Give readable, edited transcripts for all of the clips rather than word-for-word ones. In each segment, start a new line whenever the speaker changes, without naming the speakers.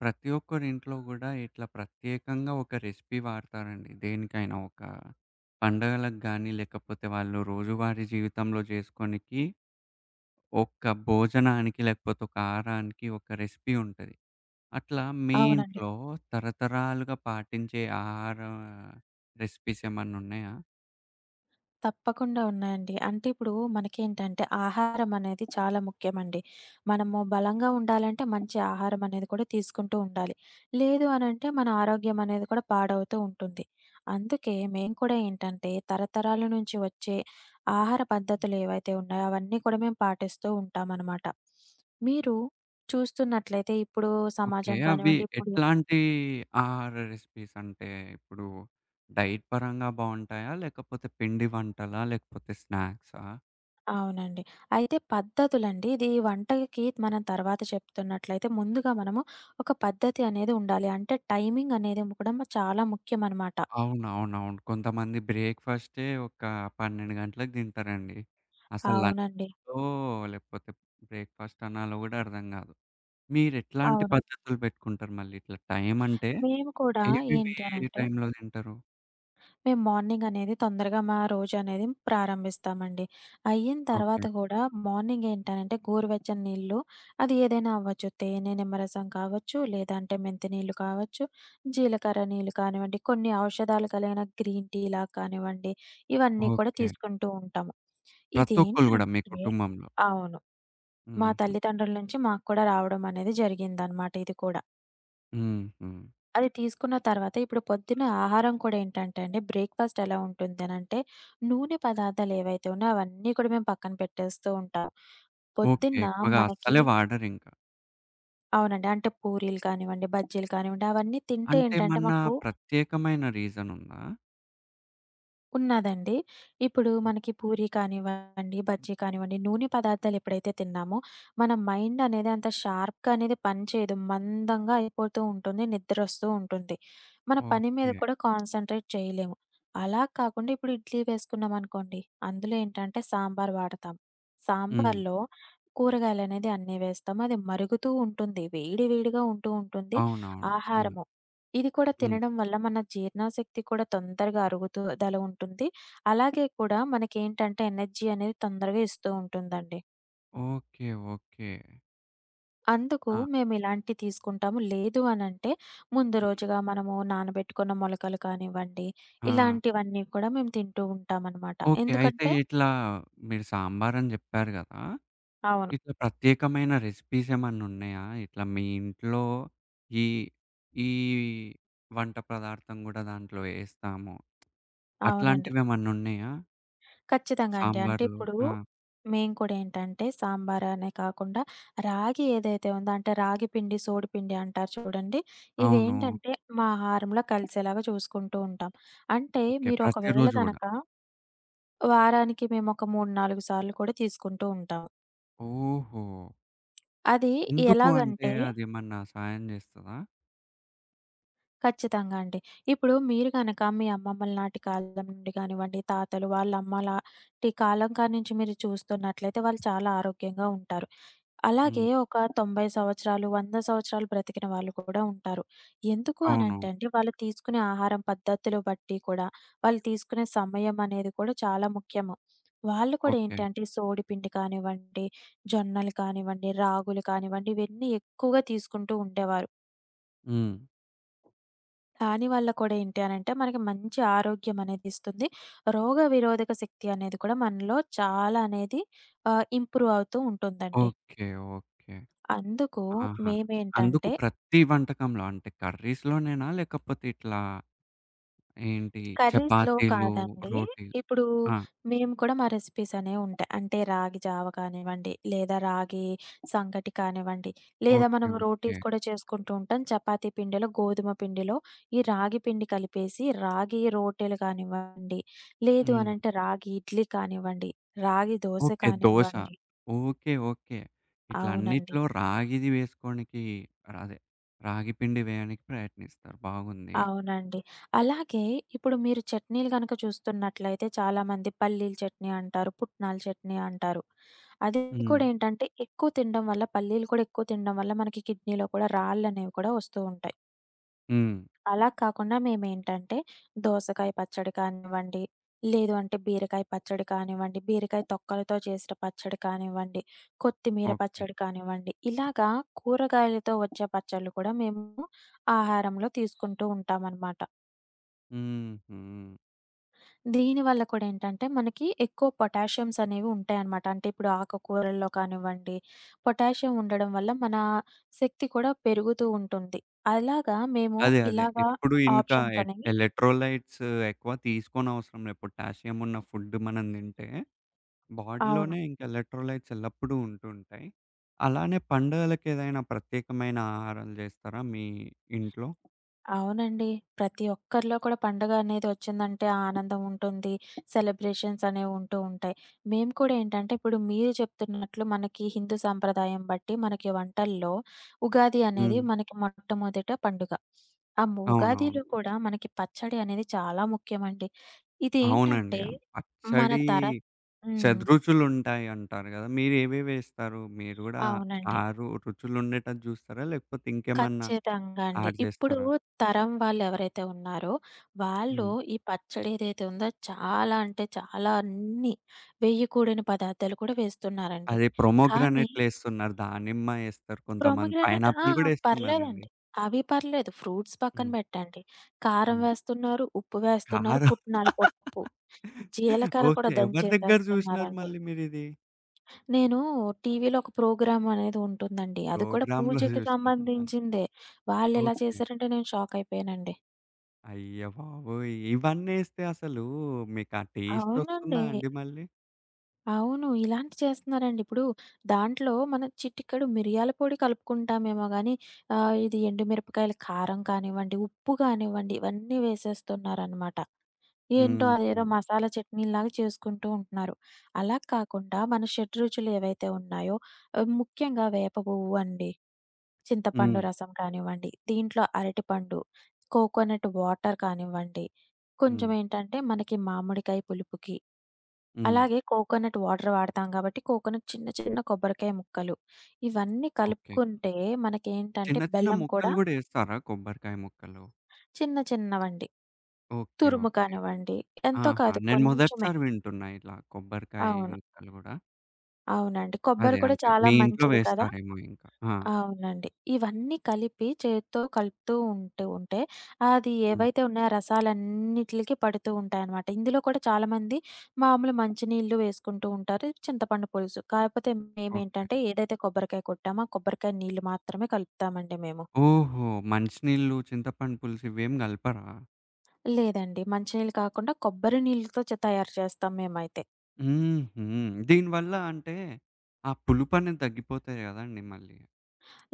ప్రతి ఒక్కరింట్లో గూడా ఇట్లా ప్రత్యేకంగా ఒక రెసిపీ వాడతారండి. దేనికైనా ఒక పండగలకు గానీ, లేకపోతే వాళ్ళు రోజువారీ జీవితంలో జేసుకోనికి ఒక భోజనానికి, లేకపోతే ఒక ఆహారానికి ఒక రెసిపీ ఉంటది. అట్లా మీ
అవునండి.
ఇంట్లో తరతరాలుగా పాటించే ఆహార రెసిపీస్ ఏమన్నా ఉన్నాయా?
తప్పకుండా ఉన్నాయండి. అంటే ఇప్పుడు మనకేంటంటే ఆహారం అనేది చాలా ముఖ్యమండి. మనము బలంగా ఉండాలంటే మంచి ఆహారం అనేది కూడా తీసుకుంటూ ఉండాలి. లేదు అనంటే మన ఆరోగ్యం అనేది కూడా పాడవుతూ ఉంటుంది. అందుకే మేము కూడా ఏంటంటే తరతరాల నుంచి వచ్చే ఆహార పద్ధతులు ఏవైతే ఉన్నాయో అవన్నీ కూడా మేము పాటిస్తూ ఉంటామనమాట. మీరు చూస్తున్నట్లయితే ఇప్పుడు
ఓకే.
సమాజం
అవి
కానివ్వండి ఇప్పుడు
ఎట్లాంటి ఆహార రెసిపీస్? అంటే ఇప్పుడు డైట్ పరంగా బావుంటాయా? లేకపోతే పిండి వంటలా? లేకపోతే స్నాక్సా?
అవునండి. అయితే పద్ధతులండి ఇది వంటకి మనం తర్వాత చెప్తున్నట్లయితే ముందుగా మనము ఒక పద్ధతి అనేది ఉండాలి. అంటే టైమింగ్ అనేది కూడా చాలా ముఖ్యమనమాట.
అవునవునవును. కొంతమంది బ్రేక్‌ఫాస్టే ఒక 12 గంటలకు తింటారండి. అసలు
అవునండి.
లంచో లేకపోతే బ్రేక్‌ఫాస్ట్ అనాలో గూడా అర్థం గాదు. మీరెట్లాంటి
అవును.
పద్ధతులు పెట్టుకుంటారు మళ్ళీ ఇట్లా టైం అంటే
మేము కూడా
ఏవేవి
ఏంటి
ఏ
అనంటే
టైంలో తింటారు?
మేము మార్నింగ్ అనేది తొందరగా మా రోజనేది ప్రారంభిస్తామండి. అయిన
ఓకే.
తర్వాత కూడా మార్నింగ్ ఏంటనంటే గోరువెచ్చని నీళ్ళు అది ఏదైనా అవ్వచ్చు. తేనె, నిమ్మరసం కావచ్చు, లేదంటే మెంతి నీళ్ళు కావచ్చు, జీలకర్ర నీళ్ళు కానివ్వండి, కొన్ని ఔషధాలు కలిగిన గ్రీన్ టీలా కానివ్వండి, ఇవన్నీ కూడా
ఓకే.
తీసుకుంటూ ఉంటాము.
ప్రతి ఒక్కళ్ళు గూడా మీ
ఇదేంటంటే
కుటుంబంలో.
అవును. మా
హుహు.
తల్లిదండ్రుల నుంచి మాకు కూడా రావడం అనేది జరిగిందనమాట ఇది కూడా.
హుహు.
అది తీసుకున్న తర్వాత ఇప్పుడు పొద్దున్న ఆహారం కూడా ఏంటంటే అండి బ్రేక్‌ఫాస్ట్ ఎలా ఉంటుందనంటే, నూనె పదార్థాలు ఏవైతే ఉన్నాయో అవన్నీ కూడా మేము పక్కన పెట్టేస్తూ ఉంటాం.
ఓకే.
పొద్దున్న
ఎక్కువగా
మనకి
అస్సలే వాడరింకా.
అవునండి. అంటే పూరీలు కానివ్వండి, బజ్జీలు కానివ్వండి అవన్నీ తింటే
అంటే
ఏంటంటే
ఏమన్నా
మాకు
ప్రత్యేకమైన రీజన్ ఉందా?
ఉన్నదండి. ఇప్పుడు మనకి పూరి కానివ్వండి, బజ్జీ కానివ్వండి, నూనె పదార్థాలు ఎప్పుడైతే తిన్నామో, మన మైండ్ అనేది అంత షార్ప్‌గా అనేది పనిచేయదు. మందంగా అయిపోతూ ఉంటుంది. నిద్రొస్తూ ఉంటుంది. మన పని మీద
ఓకే.
కూడా కాన్సంట్రేట్ చేయలేము. అలా కాకుండా ఇప్పుడు ఇడ్లీ వేసుకున్నామనుకోండి, అందులో ఏంటంటే సాంబార్ వాడతాం.
హ్మ్.
సాంబార్‌లో కూరగాయలనేది అన్నీ వేస్తాం. అది మరుగుతూ ఉంటుంది. వేడి వేడిగా ఉంటూ ఉంటుంది
అవునవును. ఆ!
ఆహారము. ఇది కూడా
హ్మ్.
తినడం వల్ల మన జీర్ణశక్తి కూడా తొందరగా అరుగుదల ఉంటుంది. అలాగే కూడా మనకేంటంటే ఎనర్జీ అనేది తొందరగా ఇస్తూ ఉంటుందండి.
ఓకే. ఓకే.
అందుకు
ఆ!
మేమిలాంటివి తీసుకుంటాము. లేదు అనంటే ముందు
హ్మ్.
రోజుగా మనము నానబెట్టుకున్న మొలకలు కానివ్వండి,
ఆ!
ఇలాంటివన్నీ కూడా మేము తింటూ ఉంటామనమాట.
ఓకే. అయితే
ఎందుకంటే
ఇట్లా మీరు సాంబారని జెప్పారు గదా!
అవును.
ఇట్లా ప్రత్యేకమైన రెసిపీస్ ఏమన్నా ఉన్నాయా? ఇట్లా మీ ఇంట్లో ఈ, ఈ వంట పదార్థం గూడా దాంట్లో ఏస్తాము.
అవునండి.
అట్లాంటివేమన్నా ఉన్నాయా?
ఖచ్చితంగా అండి. అంటే
సాంబార్‌లో
ఇప్పుడు
ఆ!
మేము కూడా ఏంటంటే సాంబార్ అనే కాకుండా రాగి ఏదైతే ఉందో అంటే రాగి పిండి, సోడి పిండి అంటారు చూడండి.
అవును.
ఇవేంటంటే మా ఆహారంలో కలిసేలాగా చూసుకుంటూ ఉంటాం. అంటే
ఓకే.
మీరు ఒకవేళ
ప్రతిరోజు గూడా.
గనక వారానికి మేము ఒక 3, 4 సార్లు కూడా తీసుకుంటూ ఉంటాం.
ఓహో!
అది
ఎందుకు అంటే
ఎలాగంటే
అదేమన్నా సాయం జేస్తదా?
ఖచ్చితంగా అండి. ఇప్పుడు మీరు గనక మీ అమ్మమ్మల నాటి కాలం నుండి గానివ్వండి, తాతలు వాళ్ళ అమ్మలాటి కాలం కాడి నుంచి మీరు చూస్తున్నట్లయితే వాళ్ళు చాలా ఆరోగ్యంగా ఉంటారు. అలాగే
హ్మ్.
ఒక 90 సంవత్సరాలు, 100 సంవత్సరాలు బ్రతికిన వాళ్ళు కూడా ఉంటారు. ఎందుకు
అవును.
అనంటే అండి వాళ్ళు తీసుకునే ఆహారం పద్ధతులు బట్టి కూడా, వాళ్ళు తీసుకునే సమయం అనేది కూడా చాలా ముఖ్యము. వాళ్ళు కూడా
ఓకే.
ఏంటంటే సోడిపిండి కానివ్వండి, జొన్నలు కానివ్వండి, రాగులు కానివ్వండి ఇవన్నీ ఎక్కువగా తీసుకుంటూ ఉండేవారు.
హ్మ్.
దానివల్ల కూడా ఏంటి అనంటే, మనకి మంచి ఆరోగ్యం అనేది ఇస్తుంది. రోగ విరోధక శక్తి అనేది కూడా మనలో చాలా అనేది ఇంప్రూవ్ అవుతూ ఉంటుందండి.
ఓకే. ఓకే.
అందుకు
ఆహా! అందుకు
మేమేంటంటే
ప్రతి వంటకంలో అంటే కర్రీస్‌లోనేనా? లేకపోతే ఇట్లా ఏంటి
కర్రీస్‌లో
చపాతీలు,
కాదండి.
రోటీలు
ఇప్పుడు
ఆ!
మేము కూడా మా రెసిపీస్ అనేవి ఉంటాయి. అంటే రాగి జావ కానివ్వండి, లేదా రాగి సంగటి కానివ్వండి, లేదా
ఓకే.
మనం
ఓకే.
రోటీస్ కూడా చేసుకుంటూ ఉంటాం. చపాతీ పిండిలో, గోధుమ పిండిలో ఈ రాగి పిండి కలిపేసి రాగి రోటీలు కానివ్వండి, లేదు
హ్మ్.
అనంటే రాగి ఇడ్లీ కానివ్వండి, రాగి దోస
ఓకే. దోస.
కానివ్వండి.
ఓకే. ఓకే. ఇట్లా
అవునండి.
అన్నిట్లో రాగిది వేసుకోనికి అదే రాగి పిండి వేయడానికి ప్రయత్నిస్తారు. బాగుంది.
అవునండి. అలాగే ఇప్పుడు మీరు చట్నీలు గనక చూస్తున్నట్లయితే చాలామంది పల్లీల చట్నీ అంటారు, పుట్నాల చట్నీ అంటారు. అది
హ్మ్.
కూడా ఏంటంటే ఎక్కువ తినడం వల్ల పల్లీలు కూడా ఎక్కువ తినడం వల్ల మనకి కిడ్నీలో కూడా రాళ్ళనేవి కూడా వస్తూ ఉంటాయి.
హ్మ్.
అలా కాకుండా మేమేంటంటే దోసకాయ పచ్చడి కానివ్వండి, లేదు అంటే బీరకాయ పచ్చడి కానివ్వండి, బీరకాయ తొక్కలతో చేసిన పచ్చడి కానివ్వండి, కొత్తిమీర
ఓకే.
పచ్చడి కానివ్వండి, ఇలాగా కూరగాయలతో వచ్చే పచ్చళ్ళు కూడా మేము ఆహారంలో తీసుకుంటూ ఉంటామనమాట.
హుహు.
దీని వల్ల కూడా ఏంటంటే, మనకి ఎక్కువ పొటాషియమ్స్ అనేవి ఉంటాయన్నమాట. అంటే ఇప్పుడు ఆకుకూరల్లో కానివ్వండి, పొటాషియం ఉండడం వల్ల మన శక్తి కూడా పెరుగుతూ ఉంటుంది. అలాగా మేము
అదే. అదే.
ఇలాగా
ఎప్పుడు ఇంకా
ఆప్షన్స్ అనేవి
ఎలక్ట్రోలైట్స్ ఎక్కువ తీసుకోనవసరం లే పొటాషియం ఉన్న ఫుడ్ మనం తింటే
అవును.
బాడీలోనే ఇంక ఎలక్ట్రోలైట్స్ ఎల్లప్పుడూ ఉంటుంటాయి. అలానే పండుగలకేదైనా ప్రత్యేకమైన ఆహారాలు జేస్తారా మీ ఇంట్లో?
అవునండి. ప్రతి ఒక్కరిలో కూడా పండగ అనేది ఒచ్చిందంటే ఆ ఆనందం ఉంటుంది. సెలబ్రేషన్స్ అనేవుంటూ ఉంటాయి. మేము కూడా ఏంటంటే ఇప్పుడు మీరు చెప్తున్నట్లు మనకి హిందూ సాంప్రదాయం బట్టి మనకి వంటల్లో ఉగాది అనేది
హ్మ్.
మనకి మొట్టమొదట పండుగ. ఆ ము
అవునవును.
ఉగాదిలో కూడా మనకి పచ్చడి అనేది చాలా ముఖ్యమండి.
అవునండి.
ఇదేంటంటే మన
పచ్చడి
తర హ్మ్.
షడ్రుచులుంటాయి అంటారు గదా! మీరేవేవేస్తారు? మీరు గూడా
అవునండి.
ఆరు రుచులుండేటట్టు జూస్తారా? లేకపోతే ఇంకేమన్నా
ఖచ్చితంగా అండి.
యాడ్
ఇప్పుడు
జేస్తారా?
తరం వాళ్ళెవరైతే ఉన్నారో, వాళ్ళు
హ్మ్.
ఈ పచ్చడి ఏదైతే ఉందో చాలా అంటే చాలా అన్నీ వేయి కూడిన పదార్థాలు కూడా వేస్తున్నారండి.
అదే
కానీ
ప్రొమోగ్రానేట్‌లేస్తున్నారు. దానిమ్మ ఏస్తారు కొంతమంది.
ప్రొమోగ్రానేట్ ఆ!
పైనాపిల్ గూడా ఏస్తున్నారండి.
పర్లేదండి. అవి పర్లేదు. ఫ్రూట్స్ పక్కన
హ్మ్.
పెట్టండి. కారం
హ్మ్.
వేస్తున్నారు, ఉప్పు వేస్తున్నారు,
కారం
పుట్నాల పప్పు, జీలకర్ర కూడా
ఓకే. ఎవరి దగ్గర జూసినారు
దంచేసేస్తున్నారండి.
మళ్ళీ మీరిది?
నేను టీవీలో ఒక ప్రోగ్రామ్ అనేది ఉంటుందండి. అది కూడా
ప్రోగ్రామ్‌లో
పూజకి
జూసినారా?
సంబంధించిందే. వాళ్ళెలా
ఓకే.
చేశారంటే నేను షాక్ అయిపోయానండి.
అయ్య బాబోయ్! ఇవన్నేస్తే అసలు మీకా టేస్ట్ ఒస్తుందా
అవునండి.
అండి మళ్ళీ?
అవును. ఇలాంటి చేస్తున్నారండి. ఇప్పుడు దాంట్లో మనం చిటికెడు మిరియాల పొడి కలుపుకుంటామేమో గానీ, ఇది ఎండుమిరపకాయల కారం కానివ్వండి, ఉప్పు కానివ్వండి, ఇవన్నీ వేసేస్తున్నారనమాట. ఏంటో
హుహు.
అదేదో మసాలా చట్నీలాగా చేసుకుంటూ ఉంటున్నారు. అలా కాకుండా మన షడ్‌రుచులు ఏవైతే ఉన్నాయో ముఖ్యంగా వేప పువ్వు అండి,
హ్మ్.
చింతపండు రసం కానివ్వండి, దీంట్లో అరటిపండు, కోకోనట్ వాటర్ కానివ్వండి, కొంచెం
హ్మ్.
ఏంటంటే మనకి మామిడికాయ పులుపుకి
హ్మ్.
అలాగే కోకోనట్ వాటర్ వాడతాం కాబట్టి, కోకోనట్ చిన్న చిన్న కొబ్బరికాయ ముక్కలు, ఇవన్నీ
ఓకే.
కలుపుకుంటే మనకేంటంటే
చిన్న చిన్న
బెల్లం కూడా
ముక్కలు గూడా ఏస్తారా కొబ్బరికాయ ముక్కలు?
చిన్న చిన్నవండి.
ఓకే.
తురుము
ఓకే.
కానివ్వండి, ఎంతో
ఆహా!
కాదు
నేను
కొంచెమే.
మొదటిసారి వింటున్నా ఇలా కొబ్బరికాయ
అవును.
ముక్కలు గూడా.
అవునండి.
అదే
కొబ్బరి కూడా
అంటే
చాలా
మీ ఇంట్లో
మంచిది కదా!
వేస్తారేమో ఇంకా. ఆ!
అవునండి. ఇవన్నీ కలిపి చేత్తో కలుపుతూ ఉంటూ ఉంటే అది
హ్మ్.
ఏవైతే ఉన్నాయో ఆ రసాలన్నిట్లికి పడుతూ ఉంటాయనమాట. ఇందులో కూడా చాలామంది మామూలు మంచినీళ్ళు వేసుకుంటూ ఉంటారు. చింతపండు పులుసు. కాకపోతే
ఓకే.
మేమేంటంటే ఏదైతే కొబ్బరికాయ కొట్టామో, ఆ కొబ్బరికాయ నీళ్ళు మాత్రమే కలుపుతామండి మేము.
ఓహో! మంచినీళ్ళు, చింతపండు పులుసు ఇవేం గలపరా?
లేదండి. మంచినీళ్ళు కాకుండా కొబ్బరి నీళ్ళతో తయారు చేస్తాం మేమైతే.
హుహు. దీనివల్ల అంటే ఆ పులుపనేది తగ్గిపోతది గదండీ మళ్ళీ.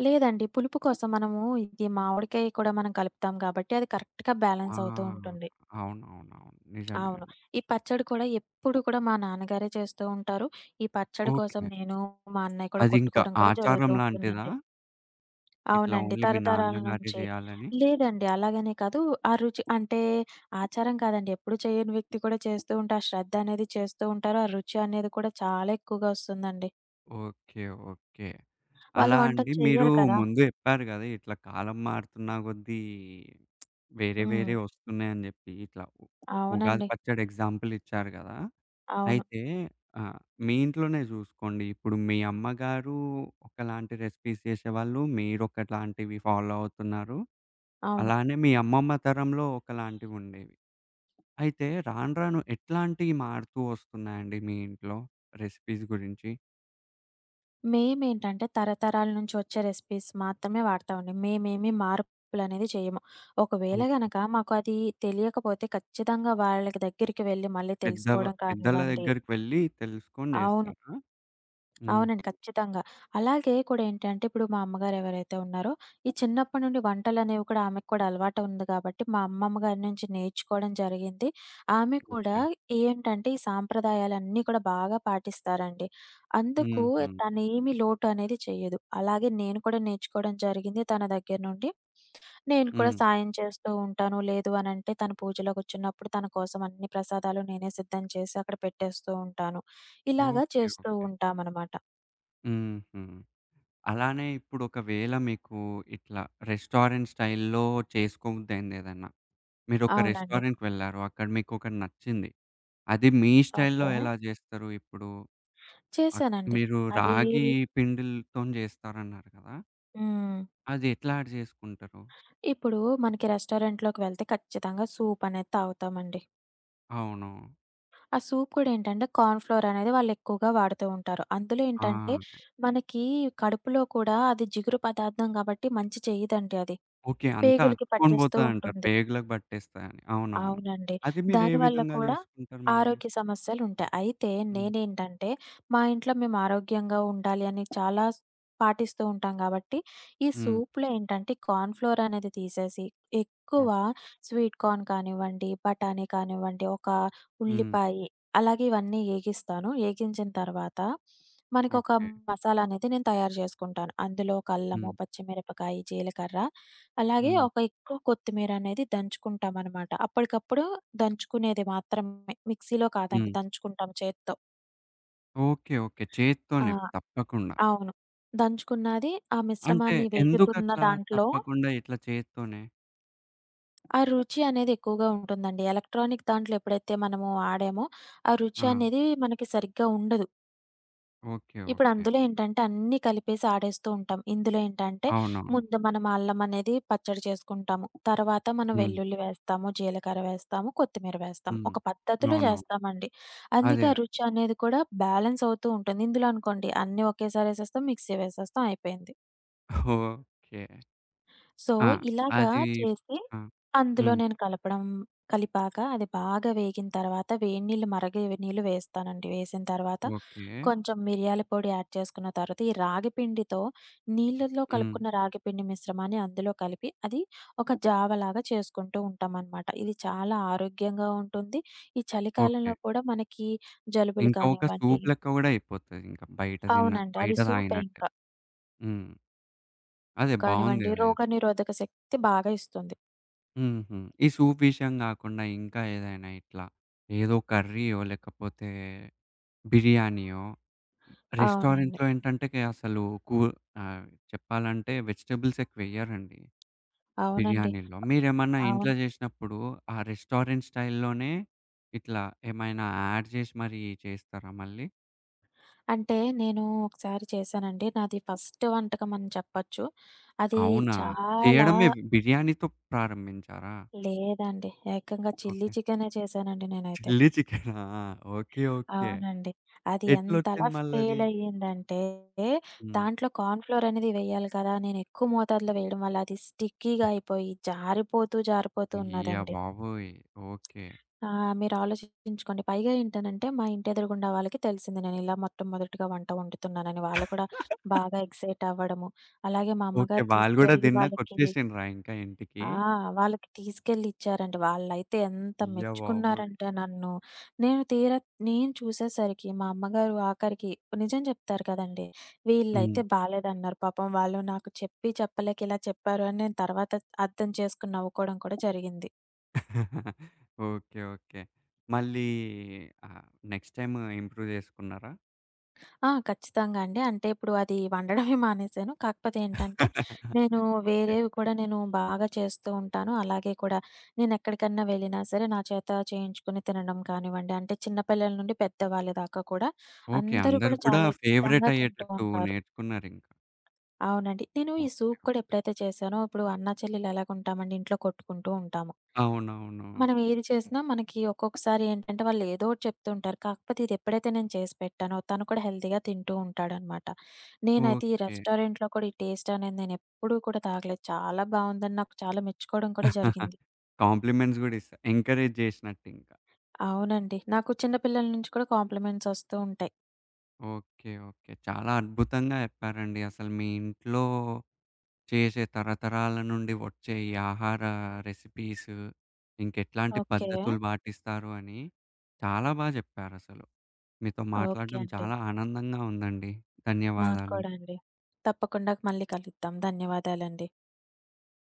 లేదండి పులుపు కోసం మనము ఇది మామిడికాయ కూడా మనం కలుపుతాం కాబట్టి అది కరెక్ట్‌గా
ఆ!
బ్యాలెన్స్ అవుతూ ఉంటుంది.
అవునవునవును. నిజమే
అవును.
అండి.
ఈ పచ్చడి కూడా ఎప్పుడు కూడా మా నాన్నగారే చేస్తూ ఉంటారు. ఈ పచ్చడి కోసం
ఓకే.
నేను, మా అన్నయ్య కూడా
అదింకా
కొట్టుకోవడం కూడా జరుగుతూ
ఆచారం లాంటిదా?
ఉంటుందండి.
ఇట్లా
అవునండి.
ఓన్లీ మీ
తరతరాల
నాన్నగారే
నుంచి.
జేయాలని?
లేదండి. అలాగనే కాదు. ఆ రుచి అంటే ఆచారం కాదండి. ఎప్పుడు చేయని వ్యక్తి కూడా చేస్తూ ఉంటే ఆ శ్రద్ధ అనేది చేస్తూ ఉంటారు. ఆ రుచి అనేది కూడా చాలా ఎక్కువగా వస్తుందండి.
ఓకే. ఓకే.
వాళ్ళు
అలా
వంటలు
అండి మీరు
చెయ్యరు కదా!
ముందు జెప్పారు గదా! ఇట్లా కాలం మారుతున్న కొద్దీ వేరే
హ్మ్.
వేరే ఒస్తున్నాయని జెప్పి. ఇట్లా ఉగాది
అవునండి.
పచ్చడి ఎగ్జాంపుల్ ఇచ్చారు గదా!
అవును.
అయితే ఆ! మీ ఇంట్లోనే జూసుకోండి. ఇప్పుడు మీ అమ్మగారు ఒకలాంటి రెసిపీస్ చేసేవాళ్ళు. మీరొకలాంటివి ఫాలో అవుతున్నారు.
అవును.
అలానే మీ అమ్మమ్మ తరంలో ఒకలాంటివుండేవి. అయితే రాను రాను ఎట్లాంటియి మారుతూ వస్తున్నాయండి మీ ఇంట్లో రెసిపీస్ గురించి?
మేమేంటంటే తరతరాల నుంచి వచ్చే రెసిపీస్ మాత్రమే వాడతామండి. మేమేమి మార్పులనేది చేయము. ఒకవేళ
ఓకే.
గనక మాకు అది తెలియకపోతే ఖచ్చితంగా వాళ్ళకి దగ్గరికి వెళ్లి మళ్ళీ
పెద్దవ
తెలుసుకోవడం
పెద్దల
కానివ్వండి.
దగ్గరికి వెళ్ళి తెలుసుకొని
అవును.
జేస్తారా? హుహు.
అవునండి. ఖచ్చితంగా. అలాగే కూడా ఏంటంటే, ఇప్పుడు మా అమ్మగారు ఎవరైతే ఉన్నారో, ఈ చిన్నప్పటి నుండి వంటలనేవి కూడా ఆమెకు కూడా అలవాటు ఉంది కాబట్టి, మా అమ్మమ్మ గారి నుంచి నేర్చుకోవడం జరిగింది. ఆమె కూడా
ఓకే.
ఏంటంటే, ఈ సాంప్రదాయాలన్నీ కూడా బాగా పాటిస్తారండి. అందుకు
హుహు.
తనేమి లోటు అనేది చెయ్యదు. అలాగే నేను కూడా నేర్చుకోవడం జరిగింది తన దగ్గర నుండి. నేను కూడా
హ్మ్.
సాయం చేస్తూ ఉంటాను. లేదు అనంటే తను పూజలో కూర్చున్నప్పుడు తన కోసం అన్ని ప్రసాదాలు నేనే సిద్ధం చేసి అక్కడ పెట్టేస్తూ ఉంటాను. ఇలాగా
ఓకే.
చేస్తూ
ఓకే.
ఉంటామనమాట.
హుహు. అలానే ఇప్పుడొకవేళ మీకు ఇట్లా రెస్టారెంట్ స్టైల్‌లో చేసుకోబుద్దయింది ఏదన్నా. మీరొక
అవునండి.
రెస్టారెంట్‌కి వెళ్లారు. అక్కడ మీకొకటి నచ్చింది. అది మీ స్టైల్‌లో
ఓకే.
ఎలా జేస్తారు ఇప్పుడు? అక్
చేశానండి.
మీరు
అది
రాగి పిండిలతోని జేస్తారన్నారు కదా!
హ్మ్.
అది ఎట్లా యాడ్ జేసుకుంటారు?
ఇప్పుడు మనకి రెస్టారెంట్‌లోకి వెళ్తే ఖచ్చితంగా సూప్ అనేది తాగుతామండి.
అవును.
ఆ సూప్ కూడా ఏంటంటే కార్న్ ఫ్లోర్ అనేది వాళ్ళు ఎక్కువగా వాడుతూ ఉంటారు. అందులో
ఆ!
ఏంటంటే మనకి కడుపులో కూడా అది జిగురు పదార్థం కాబట్టి మంచి చేయదండి అది.
ఓకే. అంతా
పేగులకి
అతుక్కొని
పట్టేస్తూ
పోతదంటారు.
ఉంటుంది.
పేగులకు పట్టేస్తాయని. అవునవును.
అవునండి.
అది మీరు ఏ
దానివల్ల
విధంగా
కూడా
జేసుకుంటారు మళ్ళీ?
ఆరోగ్య సమస్యలుంటాయి. అయితే
హ్మ్.
నేనేంటంటే, మా ఇంట్లో మేము ఆరోగ్యంగా ఉండాలి అని చాలా పాటిస్తూ ఉంటాం గాబట్టి, ఈ
హ్మ్.
సూప్‌లో ఏంటంటే కార్న్ ఫ్లోర్ అనేది తీసేసి, ఎక్కువ
ఓకే.
స్వీట్ కార్న్ కానివ్వండి, బఠానీ కానివ్వండి, ఒక
హ్మ్.
ఉల్లిపాయి అలాగే ఇవన్నీ ఏగిస్తాను. ఏగించిన తర్వాత మనకొక
ఓకే.
మసాలా అనేది నేను తయారు జేసుకుంటాను. అందులో ఒక అల్లము,
హ్మ్.
పచ్చిమిరపకాయి, జీలకర్ర అలాగే
హ్మ్.
ఒక ఎక్కువ కొత్తిమీరనేది దంచుకుంటామనమాట. అప్పటికప్పుడు దంచుకునేది మాత్రమే. మిక్సీలో
హ్మ్.
కాదండి దంచుకుంటాం చేత్తో.
ఓకే. ఓకే.
ఆ!
చేత్తోనే తప్పకుండా.
అవును. దంచుకున్నది ఆ
అంటే
మిశ్రమాన్ని వేగుతున్న
ఎందుకట్లా
దాంట్లో
తప్పకుండా ఇట్లా చేత్తోనే?
ఆ రుచి అనేది ఎక్కువగా ఉంటుందండి. ఎలక్ట్రానిక్ దాంట్లో ఎప్పుడైతే మనము వాడామో, ఆ
ఆ!
రుచి అనేది మనకి సరిగ్గా ఉండదు.
ఓకే.
ఇప్పుడు
ఓకే.
అందులో ఏంటంటే అన్నీ కలిపేసి ఆడేస్తూ ఉంటాం. ఇందులో ఏంటంటే
అవునవును.
ముందు మనం అల్లం అనేది పచ్చడి చేసుకుంటాము. తర్వాత మనం
హ్మ్.
వెల్లుల్లి వేస్తాము, జీలకర్ర వేస్తాము, కొత్తిమీర వేస్తాము.
హ్మ్.
ఒక పద్ధతిలో
అవునవును.
చేస్తామండి.
అదే.
అందుకే ఆ
అదే.
రుచి అనేది కూడా బ్యాలెన్స్ అవుతూ ఉంటుంది. ఇందులో అనుకోండి అన్నీ ఒకేసారి ఏసేస్తాం, మిక్సీ వేసేస్తాం అయిపోయింది.
ఓకే.
సో,
ఆ!
ఇలాగా
అది
చేసి
ఆ!
అందులో
హ్మ్.
నేను కలపడం కలిపాక అది బాగా వేగిన తర్వాత వేడి నీళ్ళు నీళ్ళు వేస్తానండి. వేసిన తర్వాత
ఓకే.
కొంచెం మిరియాల పొడి యాడ్ చేసుకున్న తర్వాత ఈ రాగి పిండితో నీళ్ళల్లో
హ్మ్.
కలుపుకున్న రాగి పిండి మిశ్రమాన్ని అందులో కలిపి అది ఒక జావలాగా చేసుకుంటూ ఉంటామనమాట. ఇది చాలా ఆరోగ్యంగా ఉంటుంది. ఈ
ఓకే.
చలికాలంలో కూడా మనకి జలుబులు
ఇంకా ఒక
కానివ్వండి
సూప్ లెక్క గూడా అయిపోతదింక. బయట తిన్న
అవునండి.
బయట
అది సూపే
తాగినట్టే.
ఇంకా.
హ్మ్. అదే బావుంది
కానివ్వండి
అదేదో.
రోగనిరోధక శక్తి బాగా ఇస్తుంది.
హుహు. ఈ సూప్ విషయం గాకుండా ఇంకా ఏదైనా ఇట్లా ఏదో కర్రీయో లేకపోతే బిర్యానీయో,
అవునండి.
రెస్టారెంట్‌లో ఏంటంటే కే అసలు కూ ఆహ్, చెప్పాలంటే వెజిటబుల్స్ ఎక్కువెయ్యరండి
అవునండి.
బిర్యానీలో. మీరేమన్నా
అవును.
ఇంట్లో జేసినప్పుడు ఆ రెస్టారెంట్ స్టైల్‌లోనే ఇట్లా ఏమైనా యాడ్ జేసి మరీ చేస్తారా మళ్ళీ?
అంటే నేను ఒకసారి చేశానండి. నాది ఫస్ట్ వంటకం అని చెప్పొచ్చు. అది
అవునా?
చాలా
చేయడమే బిర్యానీతో ప్రారంభించారా?
లేదండి. ఏకంగా చిల్లీ
ఓకే.
చికెనే చేశానండి నేనైతే.
చిల్లీ చికెనా? ఓకే. ఓకే.
అవునండి. అది ఎంతలా
ఎట్లొచ్చింది మళ్ళది?
ఫెయిల్ అయ్యిందంటే,
హ్మ్.
దాంట్లో కార్న్ ఫ్లోర్ అనేది వేయాలి కదా! నేను ఎక్కువ మోతాదులో వేయడం వల్ల అది స్టిక్కీగా అయిపోయి జారిపోతూ, జారిపోతూ
అయ్య
ఉన్నదండి.
బాబోయ్! ఓకే.
ఆ! మీరు ఆలోచించుకోండి. పైగా ఏంటనంటే, మా ఇంటి ఎదురుగుండా వాళ్ళకి తెలిసింది నేనిలా మొట్టమొదటిగా వంట వండుతున్నానని. వాళ్ళు కూడా బాగా ఎక్సైట్ అవ్వడము. అలాగే మా
ఓకే.
అమ్మగారు
వాళ్ళు గూడా
తీసుకెళ్ళి వాళ్ళకి
తిన్నాకొచ్చేసిండ్రా ఇంకా ఇంటికి?
ఆ! వాళ్ళకి తీసుకెళ్ళి ఇచ్చారండి. వాళ్ళైతే ఎంత
అయ్య బాబోయ్!
మెచ్చుకున్నారంటే నన్ను. నేను తీరా నేను చూసేసరికి మా అమ్మగారు ఆఖరికి నిజం చెప్తారు కదండీ!
హ్మ్.
వీళ్ళైతే బాలేదన్నారు. పాపం వాళ్ళు నాకు చెప్పి చెప్పలేక ఇలా చెప్పారు అని నేను తర్వాత అర్థం చేసుకొని నవ్వుకోవడం కూడా జరిగింది.
ఓకే. ఓకే. మళ్ళీ ఆహ్, నెక్స్ట్ టైమ్ ఇంప్రూవ్ చేసుకున్నారా?
ఆ! ఖచ్చితంగా అండి. అంటే ఇప్పుడు అది వండడమే మానేశాను. కాకపోతే ఏంటంటే, నేను
ఓకే.
వేరేవి కూడా నేను బాగా చేస్తూ ఉంటాను. అలాగే కూడా నేనెక్కడికన్నా వెళ్ళినా సరే నా చేత చేయించుకొని తినడం కానివ్వండి, అంటే చిన్న పిల్లల నుండి పెద్దవాళ్ళ దాకా కూడా
ఓకే.
అందరూ
అందరు
కూడా
గూడా
చాలా
ఫేవరెట్
ఇష్టంగా తింటూ
అయ్యేటట్టు
ఉంటారు.
నేర్చుకున్నారింకా.
అవునండి. నేను ఈ
ఓకే.
Soup
okay.
కూడా ఎప్పుడైతే చేశానో, ఇప్పుడు అన్నా చెల్లెలు ఎలాగుంటామండి ఇంట్లో కొట్టుకుంటూ ఉంటాము.
అవునవును.
మనం ఏది చేసినా మనకి ఒక్కొక్కసారి ఏంటంటే వాళ్ళు ఏదో ఒకటి చెప్తూ ఉంటారు. కాకపోతే ఇది ఎప్పుడైతే నేను చేసి పెట్టానో తను కూడా హెల్తీగా తింటూ ఉంటాడనమాట. నేనైతే ఈ
ఓకే.
రెస్టారెంట్‌లో కూడా ఈ టేస్ట్ అనేది నేను ఎప్పుడూ కూడా తాగలేదు. చాలా బావుందని నాకు చాలా మెచ్చుకోవడం కూడా జరిగింది.
కాంప్లిమెంట్స్ గూడా ఇస్తా ఎంకరేజ్ జేసినట్టింకా.
అవునండి. నాకు చిన్న పిల్లల నుంచి కూడా కాంప్లిమెంట్స్ వస్తూ ఉంటాయి.
ఓకే. ఓకే. చాలా అద్భుతంగా చెప్పారండి. అసలు మీ ఇంట్లో చేసే తరతరాల నుండి వచ్చే ఈ ఆహార రెసిపీస్ ఇంకెట్లాంటి
ఓకే.
పద్ధతులు పాటిస్తారు అని చాలా బా చెప్పారసలు. మీతో
ఓకే
మాట్లాడడం
అండి.
చాలా ఆనందంగా ఉందండి.
నాకు
ధన్యవాదాలు.
కూడా అండి. తప్పకుండా మళ్ళీ కలుద్దాం. ధన్యవాదాలండి.